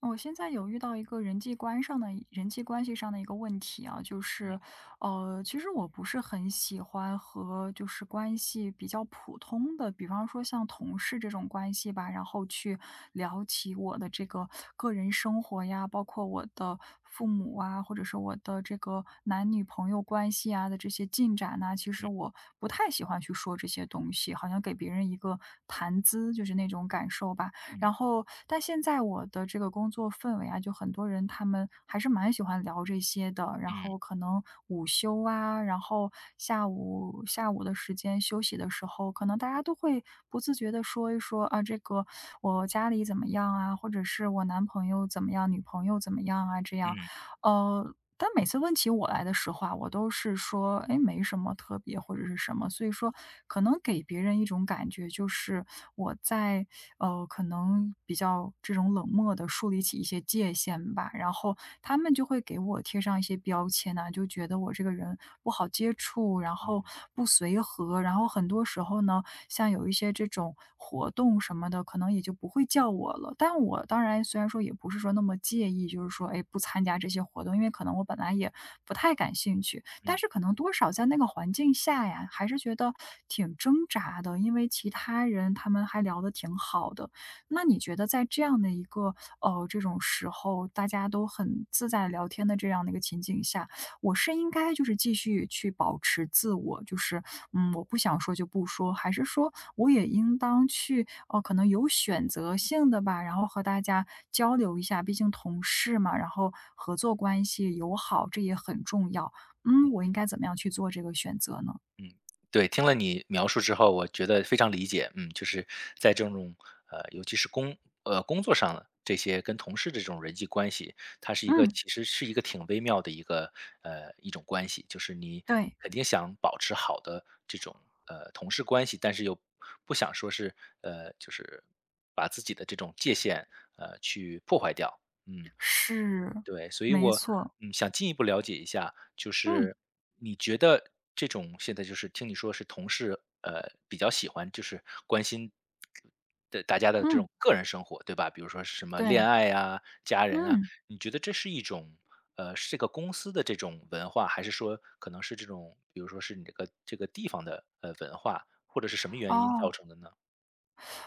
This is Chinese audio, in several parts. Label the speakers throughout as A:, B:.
A: 我现在有遇到一个人际关系上的一个问题啊，就是，
B: 嗯
A: 其实我不是很喜欢和就是关系比较普通的，比方说像同事这种关系吧，然后去聊起我的这个个人生活呀，包括我的父母啊，或者是我的这个男女朋友关系啊的这些进展呐、其实
B: 嗯
A: 我不太喜欢去说这些东西，好像给别人一个谈资，就是那种感受吧。然
B: 嗯
A: 后，但现在我的这个工作氛围啊，就很多人他们还是蛮喜欢聊这些的。然
B: 嗯
A: 后可能午休啊，然后下午的时间休息的时候，可能大家都会不自觉的说一说啊，这个我家里怎么样啊，或者是我男朋友怎么样，女朋友怎么样啊，这样。
B: 嗯
A: 呃，但每次问起我来的时候啊，我都是说，哎，没什么特别或者是什么，所以说可能给别人一种感觉就是我在可能比较这种冷漠的树立起一些界限吧，然后他们就会给我贴上一些标签呐、就觉得我这个人不好接触，然后
B: 嗯
A: 不随和，然后很多时候呢，像有一些这种活动什么的，可能也就不会叫我了。但我当然虽然说也不是说那么介意，就是说，哎，不参加这些活动，因为可能我本来也不太感兴趣，但
B: 嗯，
A: 是可能多少在那个环境下呀，还是觉得挺挣扎的，因为其他人他们还聊得挺好的。那你觉得在这样的一个这种时候，大家都很自在聊天的这样的一个情景下，我是应该就是继续去保持自我，就是嗯，我不想说就不说，还是说我也应当去哦，可能有选择性的吧，然后和大家交流一下，毕竟同事嘛，然后合作关系友好，这也很重要。嗯，我应该怎么样去做这个选择呢？
B: 对，听了你描述之后，我觉得非常理解。嗯，就是在这种尤其是工作上的这些跟同事的这种人际关系，它是一个
A: 嗯，
B: 其实是一个挺微妙的一个一种关系，就是你
A: 对，
B: 肯定想保持好的这种同事关系，但是又不想说是呃就是把自己的这种界限去破坏掉。嗯，
A: 是，
B: 对，所以
A: 没
B: 我，
A: 错，
B: 嗯，想进一步了解一下，就
A: 嗯
B: 是你觉得这种现在就是听你说是同事，比较喜欢就是关心的大家的这
A: 嗯，
B: 种个人生活，对吧？比如说是什么
A: 对，
B: 恋爱啊、家人啊，
A: 嗯，
B: 你觉得这是一种，是这个公司的这种文化，还是说可能是这种，比如说是你这个这个地方的文化，或者是什么原因造
A: 哦。
B: 成的呢？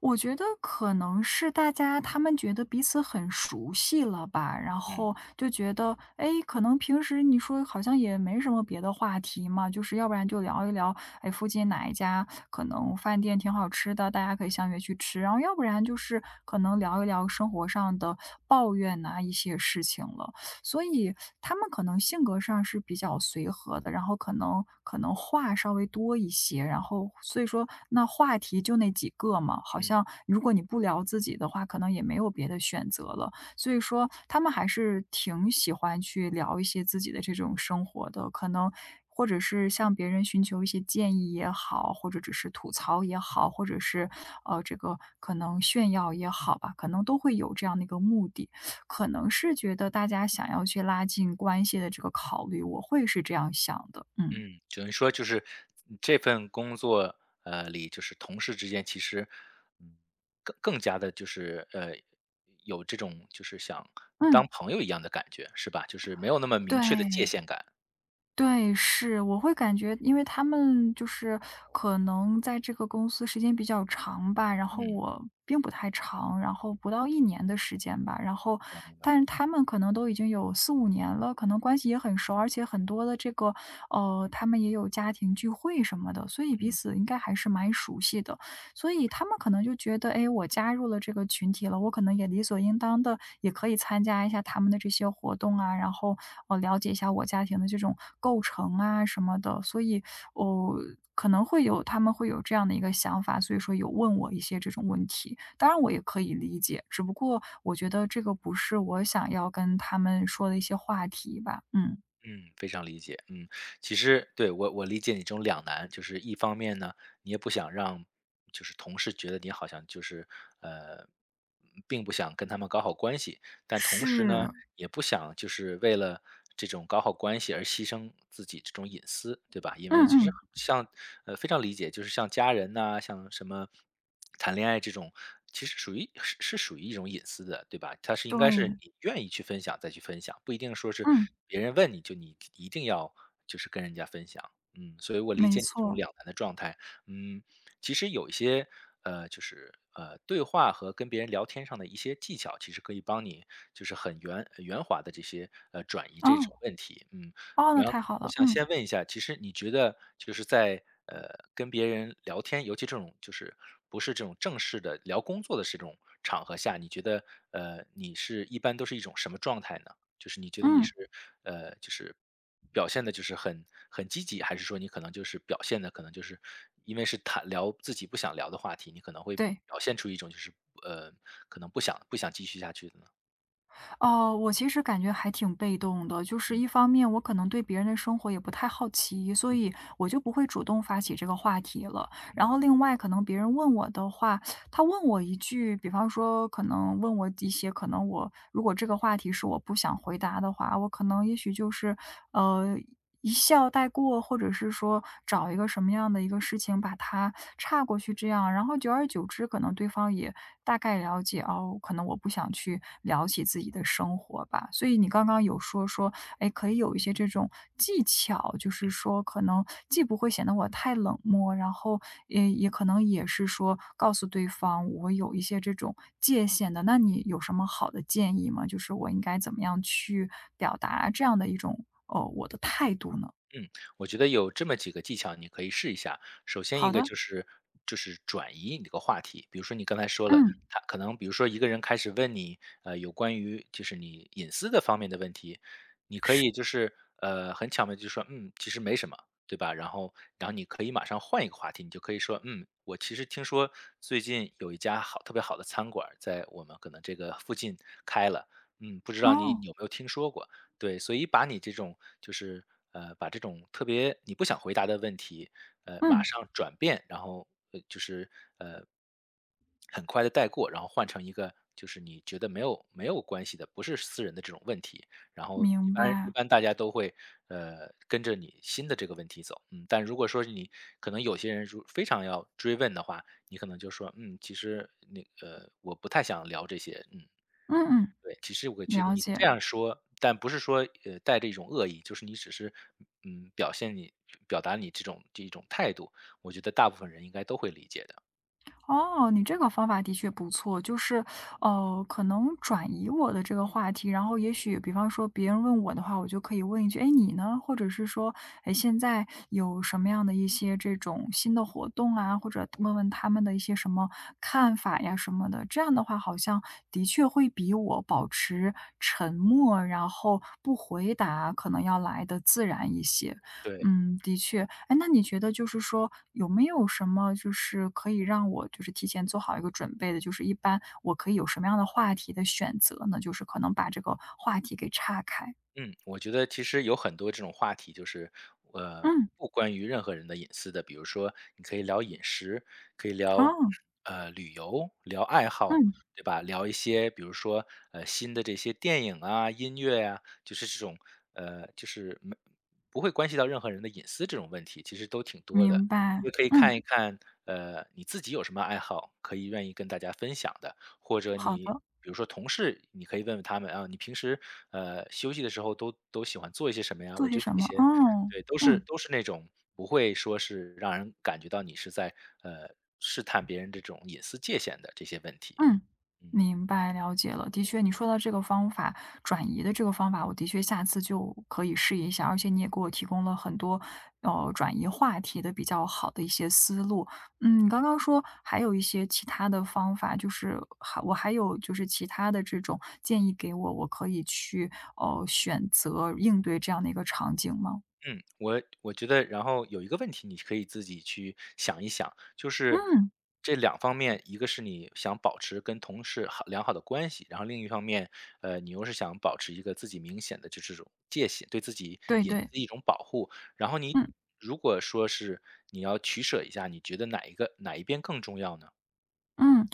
A: 我觉得可能是大家他们觉得彼此很熟悉了吧，然
B: 嗯
A: 后就觉得，哎，可能平时你说好像也没什么别的话题嘛，就是要不然就聊一聊，哎，附近哪一家可能饭店挺好吃的，大家可以相约去吃，然后要不然就是可能聊一聊生活上的抱怨呐、一些事情了。所以他们可能性格上是比较随和的，然后可能话稍微多一些，然后所以说那话题就那几个嘛，好
B: 嗯。
A: 像如果你不聊自己的话，可能也没有别的选择了。所以说他们还是挺喜欢去聊一些自己的这种生活的，可能或者是向别人寻求一些建议也好，或者只是吐槽也好，或者是这个可能炫耀也好吧，可能都会有这样的一个目的。可能是觉得大家想要去拉近关系的这个考虑，我会是这样想的，嗯。
B: 嗯，只能说就是这份工作，里就是同事之间其实，嗯，更加的，就是有这种就是想
A: 嗯，
B: 当朋友一样的感觉，是吧？就是没有那么明确的界
A: 对，
B: 限感。
A: 对，是，我会感觉因为他们就是可能在这个公司时间比较长吧，然
B: 嗯，
A: 后
B: 明
A: 我并不太长，然后不到一年的时间吧，然后
B: 白明白，
A: 但是他们可能都已经有四五年了，可能关系也很熟，而且很多的这个，他们也有家庭聚会什么的，所以彼
B: 嗯，
A: 此应该还是蛮熟悉的。所以他们可能就觉得，哎，我加入了这个群体了，我可能也理所应当的也可以参加一下他们的这些活动啊，然后了解一下我家庭的这种构成啊什么的，所以哦。可能会有他们会有这样的一个想法，所以说有问我一些这种问题，当然我也可以理解，只不过我觉得这个不是我想要跟他们说的一些话题吧。嗯，
B: 嗯，非常理解。嗯，其实对，我理解你这种两难，就是一方面呢，你也不想让就是同事觉得你好像就是，呃，并不想跟他们搞好关系，但同时呢，
A: 是，
B: 也不想就是为了这种搞好关系而牺牲自己这种隐私，对吧？因为
A: 嗯
B: 其实
A: 嗯，
B: 像非常理解，就是像家人呐、像什么谈恋爱这种，其实属于是属于一种隐私的，对吧？它是应该是
A: 对，
B: 你愿意去分享再去分享，不一定说是
A: 嗯，
B: 别人问你就你一定要就是跟人家分享。嗯，所以我理
A: 没
B: 解你这种
A: 错。
B: 两难的状态。嗯，其实有一些对话和跟别人聊天上的一些技巧，其实可以帮你就是很圆滑的这些转移这
A: 哦
B: 种问题。嗯，
A: 哦，那
B: 然后
A: 太好
B: 我
A: 了，
B: 想
A: 嗯
B: 先问一下，其实你觉得就是在跟别人聊天，尤其这种就是不是这种正式的聊工作的这种场合下，你觉得你是一般都是一种什么状态呢？就是你觉得你
A: 嗯。
B: 是就是表现的，就是很积极，还是说你可能就是表现的，可能就是因为是谈聊自己不想聊的话题，你可能会
A: 对，
B: 表现出一种就是呃，可能不想继续下去的呢？
A: 哦，我其实感觉还挺被动的，就是
B: 嗯
A: 一方面我可能对别人的生活也不太好奇，所
B: 嗯
A: 以我就不会主动发起这个话题了。然
B: 嗯。
A: 后另外可能别人问我的话，他问我一句，比方说可能问我一些可能我如果这个话题是我不想回答的话，我可能也许就是，呃，一笑带过，或者是说找一个什么样的一个事情把它岔过去这样，然后久而久之，可能对方也大概了解，哦，可能我不想去聊起自己的生活吧。所以你刚刚有说说，哎，可以有一些这种技巧，就是说可能既不会显得我太冷漠，然后也可能也是说告诉对方我有一些这种界限的。那你有什么好的建议吗？就是我应该怎么样去表达这样的一种我的态度呢？
B: 嗯，我觉得有这么几个技巧你可以试一下。首先一
A: 好
B: 个
A: 的，
B: 就是转移你这个话题，比如说你刚才说了，
A: 嗯，
B: 他可能比如说一个人开始问你，有关于就是你隐私的方面的问题，你可以就是很巧妙地就说，嗯，其实没什么，对吧？然后你可以马上换一个话题，你就可以说，嗯，我其实听说最近有一家好特别好的餐馆儿在我们可能这个附近开了，嗯，不知道你
A: 哦，
B: 有没有听说过？对，所以把你这种把这种特别你不想回答的问题，马
A: 嗯，
B: 上转变，然后呃，很快的带过，然后换成一个就是你觉得没有关系的，不是私人的这种问题，然后一
A: 明
B: 般一
A: 白，
B: 般大家都会跟着你新的这个问题走，嗯，但如果说是你可能有些人如非常要追问的话，你可能就说嗯，其实那个我不太想聊这些，嗯，
A: 嗯嗯，
B: 对，其实我觉得
A: 了
B: 你这
A: 解。
B: 样说，但不是说带着一种恶意，就是你只是嗯表现你表达你这一种态度，我觉得大部分人应该都会理解的。
A: 哦，你这个方法的确不错，就是，可能转移我的这个话题，然后也许，比方说别人问我的话，我就可以问一句，哎，你呢？或者是说，哎，现在有什么样的一些这种新的活动啊，或者问问他们的一些什么看法呀什么的。这样的话，好像的确会比我保持沉默，然后不回答，可能要来的自然一些。
B: 对。
A: 嗯，的确。哎，那你觉得就是说，有没有什么就是可以让我就是提前做好一个准备的？就是一般我可以有什么样的话题的选择呢？就是可能把这个话题给岔开。
B: 嗯，我觉得其实有很多这种话题，就是呃，
A: 嗯，
B: 不关于任何人的隐私的。比如说，你可以聊饮食，可以聊
A: 哦，
B: 旅游，聊爱好，
A: 嗯，
B: 对吧？聊一些比如说新的这些电影啊、音乐啊，就是这种呃，就是没不会关系到任何人的隐私这种问题，其实都挺多
A: 明
B: 的。
A: 白。
B: 也可以
A: 嗯，
B: 看一看你自己有什么爱好，可以愿意跟大家分享的。或者
A: 好
B: 你
A: 的，
B: 比如说同事，你可以问问他们啊，你平时休息的时候都喜欢做一些什么呀？
A: 做
B: 我
A: 些
B: 觉得
A: 什
B: 这
A: 么？
B: 些
A: 哦，
B: 对都是
A: 嗯。
B: 都是那种不会说是让人感觉到你是在呃试探别人这种隐私界限的这些问题。
A: 嗯，
B: 嗯
A: 明白，了解了。的确，你说到这个方法，转移的这个方法，我的确下次就可以试一下。而且你也给我提供了很多，转移话题的比较好的一些思路。嗯，你刚刚说还有一些其他的方法，就是还我还有就是其他的这种建议给我，我可以去选择应对这样的一个场景吗？
B: 嗯，我觉得，然后有一个问题，你可以自己去想一想，就是
A: 嗯，
B: 这两方面，一个是你想保持跟同事良好的关系，然后另一方面，你又是想保持一个自己明显的就是这种界限，对自己
A: 对
B: 隐
A: 对，
B: 私的一种保护。然后你
A: 嗯。
B: 如果说是你要取舍一下，你觉得哪一边更重要呢？
A: 嗯，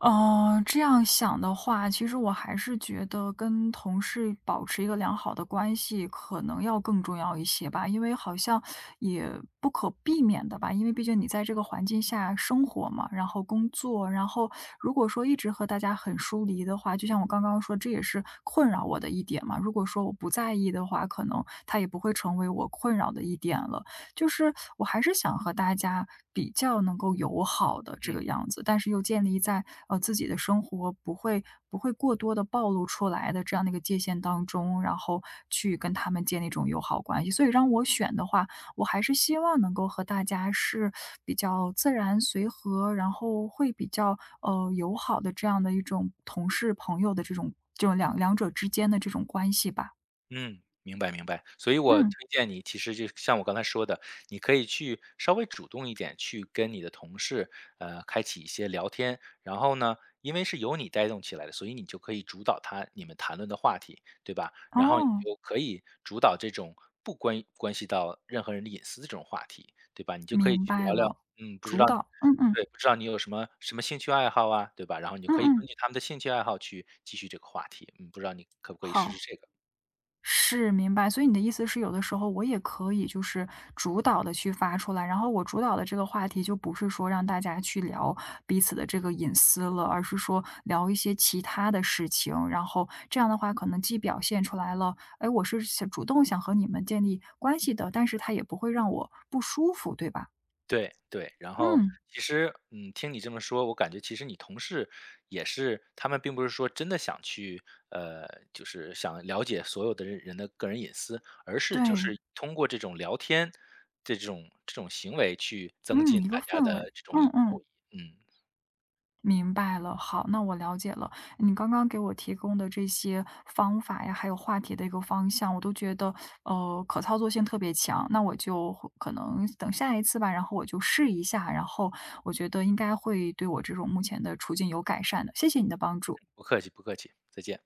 A: 这样想的话，其实我还是觉得跟同事保持一个良好的关系，可能要更重要一些吧。因为好像也不可避免的吧，因为毕竟你在这个环境下生活嘛，然后工作，然后如果说一直和大家很疏离的话，就像我刚刚说，这也是困扰我的一点嘛。如果说我不在意的话，可能它也不会成为我困扰的一点了。就是我还是想和大家比较能够友好的这个
B: 嗯。
A: 样子，但是又建立在自己的生活不会过多的暴露出来的这样的一个界限当中，然后去跟他们建立一种友好关系。所以让我选的话，我还是希望能够和大家是比较自然随和，然后会比较友好的这样的一种同事朋友的这种两者之间的这种关系吧。
B: 嗯，明白明白。所以我推
A: 嗯，
B: 荐你，其实就像我刚才说的，你可以去稍微主动一点，去跟你的同事，开启一些聊天。然后呢，因为是由你带动起来的，所以你就可以主导你们谈论的话题，对吧？然后嗯你
A: 哦，
B: 就可以主导这种不关系到任何人的隐私的这种话题，对吧？你就可以
A: 明
B: 去
A: 白
B: 聊聊，
A: 了，
B: 嗯，不知
A: 主
B: 道
A: 导，嗯嗯。
B: 对，不知道你有什么兴趣爱好啊，对吧？然后你就
A: 嗯
B: 可以
A: 嗯，
B: 根据他们的兴趣爱好去继续这个话题。嗯，不知道你可不可以试试
A: 好，
B: 这个？
A: 是，明白。所以你的意思是，有的时候我也可以就是主导的去发出来，然后我主导的这个话题就不是说让大家去聊彼此的这个隐私了，而是说聊一些其他的事情。然后这样的话，可能既表现出来了，哎，我是想主动想和你们建立关系的，但是它也不会让我不舒服，对吧？
B: 对对，然后
A: 嗯，
B: 其实，嗯，听你这么说，我感觉其实你同事也是，他们并不是说真的想去，就是想了解所有的人的个人隐私，而是就
A: 对，
B: 是通过这种聊天这种行为去增进
A: 嗯，一个
B: 大家
A: 氛
B: 的
A: 围，
B: 这种友
A: 嗯嗯。
B: 谊。嗯，
A: 明白了，好，那我了解了。你刚刚给我提供的这些方法呀，还有话题的一个方向，我都觉得可操作性特别强。那我就会可能等下一次吧，然后我就试一下，然后我觉得应该会对我这种目前的处境有改善的。谢谢你的帮助。
B: 不客气不客气，再见。